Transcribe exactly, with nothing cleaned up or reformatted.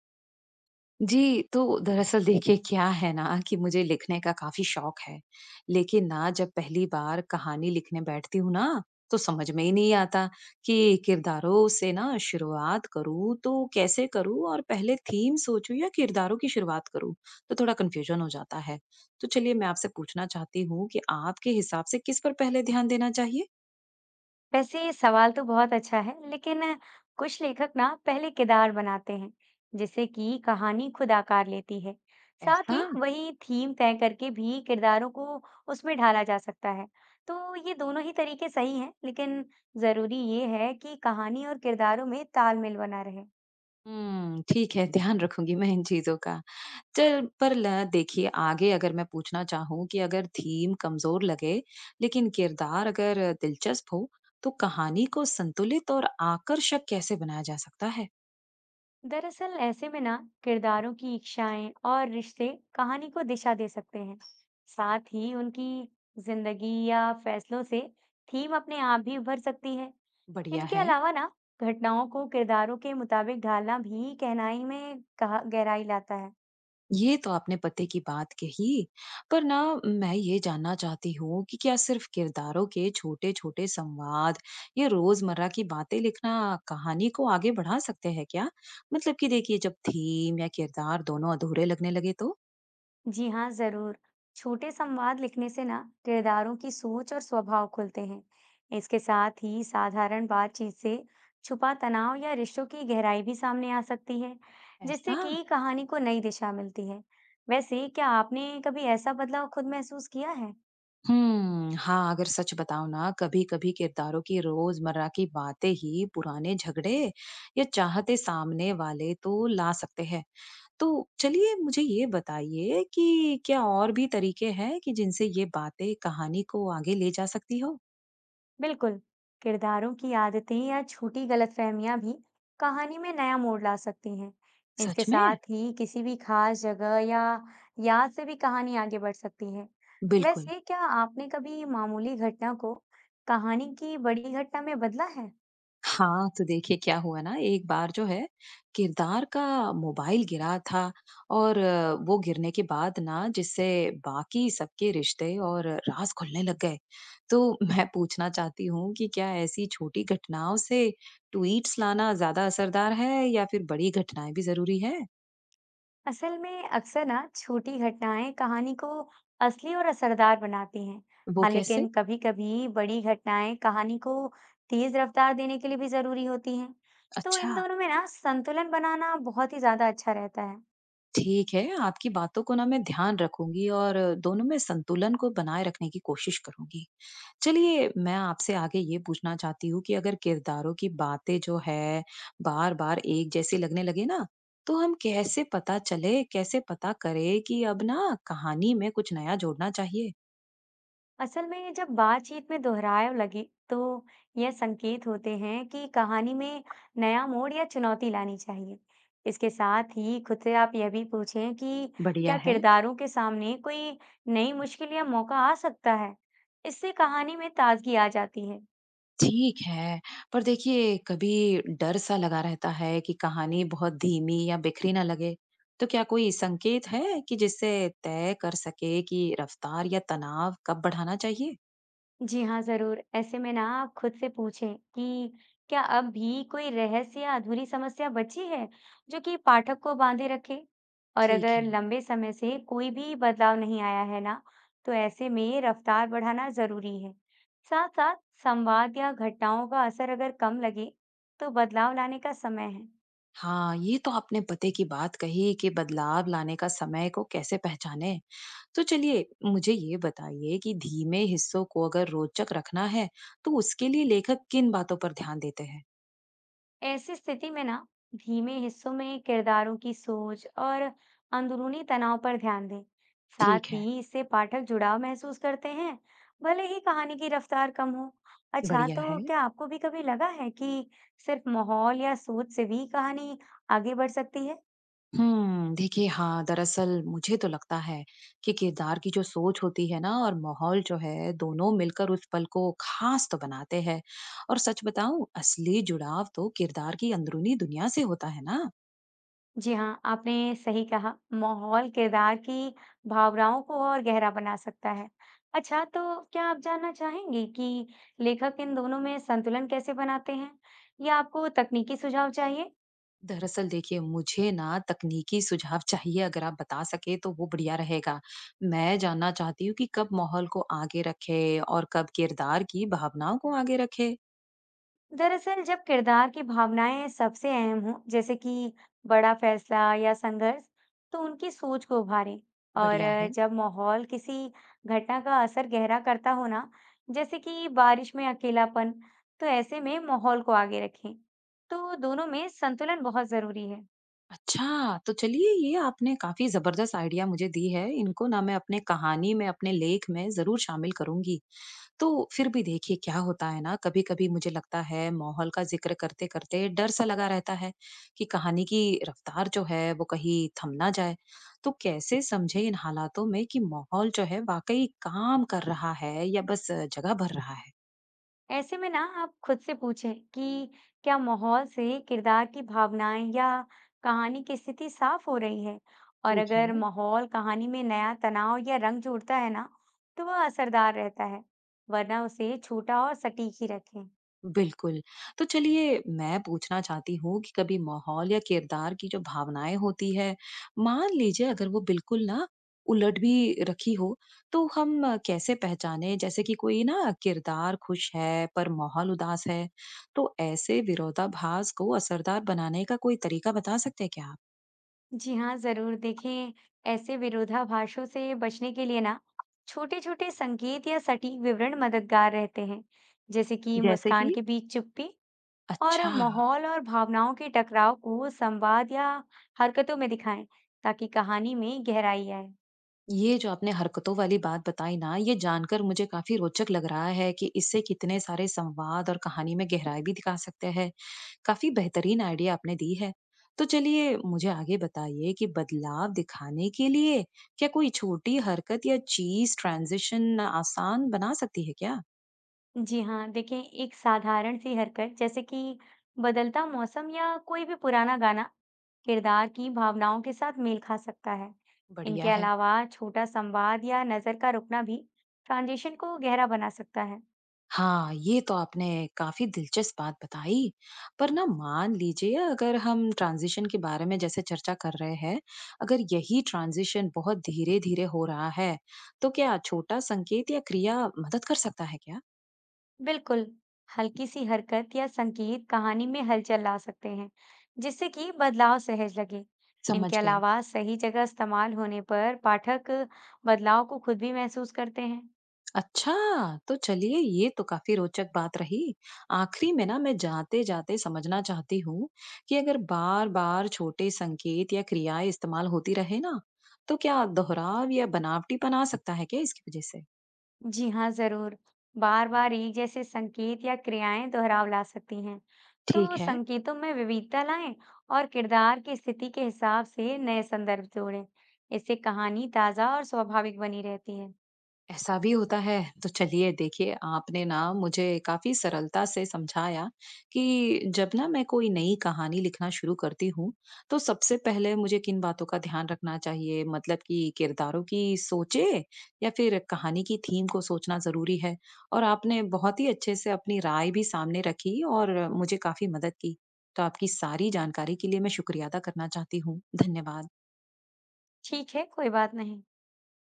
जी, तो दरअसल देखिए क्या है ना कि मुझे लिखने का काफ़ी शौक है। लेकिन ना जब पहली बार कहानी लिखने बैठती हूँ ना, तो समझ में ही नहीं आता कि किरदारों से ना शुरुआत करूँ तो कैसे करूँ और पहले थीम सोचूँ या किरदारों की शुरुआत करूँ? तो थोड़ा कन्फ्यूजन हो जाता है। तो चलिए मैं आपसे पूछना चाहती हूँ कि आपके हिसाब से किस पर पहले ध्यान देना चाहिए? वैसे ये सवाल तो बहुत अच्छा है, लेकिन कुछ लेखक ना पहले किरदार बनाते हैं, जिससे कि कहानी खुद आकार लेती है। साथ ऐसा? ही वही थीम तय करके भी किरदारों को उसमें ढाला जा सकता है। तो ये दोनों ही तरीके सही हैं, लेकिन जरूरी ये है कि कहानी और किरदारों में तालमेल बना रहे। हुँ, ठीक है, ध्यान रखूँगी मैं इन चीज़ों का। चल पर ल देखिए आगे अगर मैं पूछना चाहूँ कि अगर थीम कमज़ोर लगे, लेकिन किरदार अगर दिलचस्प हो, तो कहानी को संतुलित और आकर्षक कैसे बनाया जा सकता है? दरअसल ऐसे में ना किरदारों की इच्छाएं और रिश्ते कहानी को दिशा दे सकते हैं। साथ ही उनकी जिंदगी या फैसलों से थीम अपने आप भी उभर सकती है। बढ़िया इनके है। अलावा ना घटनाओं को किरदारों के मुताबिक ढालना भी कहानी में कहा- गहराई लाता है। ये तो आपने पते की बात कही, पर ना मैं ये जानना चाहती हूँ कि क्या सिर्फ किरदारों के छोटे-छोटे संवाद या रोज़मर्रा की बातें लिखना कहानी को आगे बढ़ा सकते हैं क्या? मतलब कि देखिए जब थीम या किरदार दोनों अधूरे लगने लगे तो? जी हाँ, जरूर। छोटे संवाद लिखने से ना किरदारों की सोच और स्वभाव खुलते हैं। इसके साथ ही साधारण बातचीत से छुपा तनाव या रिश्तों की गहराई भी सामने आ सकती है, जिससे ऐसा? कि कहानी को नई दिशा मिलती है। वैसे, क्या आपने कभी ऐसा बदलाव खुद महसूस किया है? हम्म, हाँ, अगर सच बताऊँ ना कभी-कभी किरदारों की रोज़मर्रा की बातें ही पुराने झगड़े या चाहते सामने वाले तो ला सकते हैं। तो चलिए मुझे ये बताइए कि क्या और भी तरीके हैं कि जिनसे ये बातें कहानी को आगे ले जा सकती हो? बिल्कुल। किरदारों की आदतें या छोटी गलतफहमियां भी कहानी में नया मोड़ ला सकती हैं। इसके सच में। साथ ही किसी भी खास जगह या याद से भी कहानी आगे बढ़ सकती है। बिल्कुल। वैसे, क्या आपने कभी मामूली घटना को कहानी की बड़ी घटना में बदला है? हाँ तो देखिए क्या हुआ ना, एक बार जो है किरदार का मोबाइल गिरा था और अ, वो गिरने के बाद ना जिससे बाकी सबके रिश्ते और राज खुलने लग गए। तो मैं पूछना चाहती हूँ कि क्या ऐसी छोटी घटनाओं से ट्वीट्स लाना ज्यादा असरदार है या फिर बड़ी घटनाएं भी जरूरी है? असल में अक्सर ना छोटी घटनाएं कहानी को असली और असरदार बनाती हैं। वो हाँ, कैसे? लेकिन कभी कभी बड़ी घटनाएं कहानी को तेज रफ्तार देने के लिए भी जरूरी होती हैं। तो अच्छा। इन दोनों में ना संतुलन बनाना बहुत ही ज्यादा अच्छा रहता है। ठीक है, आपकी बातों को ना मैं ध्यान रखूँगी और दोनों में संतुलन को बनाए रखने की कोशिश करूँगी। चलिए, मैं आपसे आगे ये पूछना चाहती हूँ कि अगर किरदारों की बातें जो है, बार-बार एक जैसी लगने लगे ना, तो हम कैसे पता चले कैसे पता करें कि अब ना कहानी में कुछ नया जोड़ना चाहिए? असल में जब बातचीत में दोहराव लगे, तो यह संकेत होते हैं कि कहानी में नया मोड़ या चुनौती लानी चाहिए। इसके साथ ही खुद से आप यह भी पूछें कि बढ़िया क्या है। किरदारों के सामने कोई नई मुश्किल या मौका आ सकता है। इससे कहानी में ताजगी आ जाती है। ठीक है, पर देखिए कभी डर सा लगा रहता है कि कहानी बहुत धीमी या बिखरी ना लगे, तो क्या कोई संकेत है कि जिससे तय कर सके कि रफ्तार या तनाव कब बढ़ाना चाहिए? जी हाँ, ज़रूर। ऐसे में ना आप खुद से पूछें कि क्या अब भी कोई रहस्य या अधूरी समस्या बची है, जो कि पाठक को बांधे रखे? और ठीक अगर है। लंबे समय से कोई भी बदलाव नहीं आया है ना, तो ऐसे में रफ्तार बढ़ाना ज़रूरी है। साथ-साथ संवाद या घटनाओं का असर अगर कम लगे, तो बदलाव लाने का समय है। हाँ, ये तो आपने पते की बात कही कि बदलाव लाने का समय को कैसे पहचाने। तो चलिए मुझे ये बताइए कि धीमे हिस्सों को अगर रोचक रखना है, तो उसके लिए लेखक किन बातों पर ध्यान देते हैं? ऐसी स्थिति में ना धीमे हिस्सों में किरदारों की सोच और अंदरूनी तनाव पर ध्यान दें। ठीक साथ है, ही इससे पाठक जुड़ाव महसूस करते हैं, भले ही कहानी की रफ्तार कम हो। अच्छा, बढ़िया तो है। क्या आपको भी कभी लगा है कि सिर्फ माहौल या सोच से भी कहानी आगे बढ़ सकती है? हुँ, देखिए हाँ, दरअसल मुझे तो लगता है कि किरदार की जो सोच होती है ना और माहौल जो है, दोनों मिलकर उस पल को ख़ास तो बनाते हैं। और सच बताऊँ, असली जुड़ाव तो किरदार की अंदरूनी दुनिया से होता है ना। जी हाँ, आपने सही कहा। माहौल किरदार की भावनाओं को और गहरा बना सकता है। अच्छा, तो क्या आप जानना चाहेंगी कि लेखक इन दोनों में संतुलन कैसे बनाते हैं या आपको तकनीकी सुझाव चाहिए? दरअसल देखिए, मुझे ना तकनीकी सुझाव चाहिए अगर आप बता सकें तो वो बढ़िया रहेगा। मैं जानना चाहती हूँ कि कब माहौल को आगे रखें और कब किरदार की भावनाओं को आगे रखें। दरअसल जब किरदार की भावनाएं सबसे अहम हों, जैसे कि बड़ा फैसला या संघर्ष, तो उनकी सोच को उभारें। और बढ़िया अ, है। जब माहौल किसी घटना का असर गहरा करता हो ना, जैसे कि बारिश में अकेलापन, तो ऐसे में माहौल को आगे रखें। तो दोनों में संतुलन बहुत जरूरी है। अच्छा, तो चलिए ये आपने काफ़ी ज़बरदस्त आइडिया मुझे दी है। इनको ना मैं अपने कहानी में, अपने लेख में ज़रूर शामिल करूँगी। तो फिर भी देखिए क्या होता है ना, कभी-कभी मुझे लगता है माहौल का ज़िक्र करते-करते डर सा लगा रहता है कि कहानी की रफ्तार जो है वो कहीं थम ना जाए। तो कैसे समझे इन हालातों में कि माहौल जो है वाक़ई काम कर रहा है या बस जगह भर रहा है? ऐसे में ना आप खुद से पूछें कि क्या माहौल से किरदार की भावनाएं या कहानी की स्थिति साफ हो रही है। और ठीक अगर है। माहौल कहानी में नया तनाव या रंग जोड़ता है ना, तो वह असरदार रहता है, वरना उसे छोटा और सटीक ही रखें। बिल्कुल। तो चलिए मैं पूछना चाहती हूँ कि कभी माहौल या किरदार की जो भावनाएँ होती है, मान लीजिए अगर वो बिल्कुल ना उलट भी रखी हो, तो हम अ, कैसे पहचाने जैसे कि कोई ना किरदार खुश है पर माहौल उदास है, तो ऐसे विरोधाभास को असरदार बनाने का कोई तरीका बता सकते हैं क्या आप? जी हाँ, जरूर, देखें। ऐसे विरोधाभासों से बचने के लिए ना छोटे छोटे संकेत या सटीक विवरण मददगार रहते हैं, जैसे कि जैसे मुस्कान कि? के बीच चुप्पी। और अच्छा। माहौल और भावनाओं के टकराव को संवाद या हरकतों में दिखाएं, ताकि कहानी में गहराई आए। ये जो आपने हरकतों वाली बात बताई ना, ये जानकर मुझे काफ़ी रोचक लग रहा है कि इससे कितने सारे संवाद और कहानी में गहराई भी दिखा सकते हैं। काफ़ी बेहतरीन आइडिया आपने दी है। तो चलिए मुझे आगे बताइए कि बदलाव दिखाने के लिए क्या कोई छोटी हरकत या चीज़ ट्रांज़िशन आसान बना सकती है क्या? जी हाँ, देखें। एक साधारण सी हरकत, जैसे कि बदलता मौसम या कोई भी पुराना गाना, किरदार की भावनाओं के साथ मेल खा सकता है। बढ़िया इनके है। अलावा छोटा संवाद या नजर का रुकना भी ट्रांजिशन को गहरा बना सकता है। हाँ, ये तो आपने काफ़ी दिलचस्प बात बताई। पर ना मान लीजिए अगर हम ट्रांज़िशन के बारे में जैसे चर्चा कर रहे हैं, अगर यही ट्रांज़िशन बहुत धीरे-धीरे हो रहा है, तो क्या छोटा संकेत या क्रिया मदद कर सकता है क्या? बिल्कुल। हल्की सी हरकत या संकेत कहानी में हलचल ला सकते हैं, जिससे कि बदलाव सहज लगे। इनके समझ गई। अलावा सही जगह इस्तेमाल होने पर पाठक बदलाव को खुद भी महसूस करते हैं। अच्छा, तो चलिए ये तो काफ़ी रोचक बात रही। आखिरी में ना मैं जाते-जाते समझना चाहती हूँ कि अगर बार-बार छोटे संकेत या क्रियाएँ इस्तेमाल होती रहे ना, तो क्या दोहराव या बनावटीपन आ सकता है क्या इसकी वजह से? जी हाँ, जरूर। बार बार एक जैसे संकेत या क्रियाएं दोहराव ला सकती हैं। तो ठीक है, संकेतों में विविधता लाएं और किरदार की स्थिति के हिसाब से नए संदर्भ जोड़ें। इससे कहानी ताजा और स्वाभाविक बनी रहती है। ऐसा भी होता है। तो चलिए देखिए, आपने ना मुझे काफ़ी सरलता से समझाया कि जब ना मैं कोई नई कहानी लिखना शुरू करती हूँ, तो सबसे पहले मुझे किन बातों का ध्यान रखना चाहिए? मतलब कि किरदारों की सोचें या फिर कहानी की थीम को सोचना ज़रूरी है? और आपने बहुत ही अच्छे से अपनी राय भी सामने रखी और मुझे काफ़ी मदद की। तो आपकी सारी जानकारी के लिए मैं शुक्रिया अदा करना चाहती हूँ। धन्यवाद। ठीक है, कोई बात नहीं।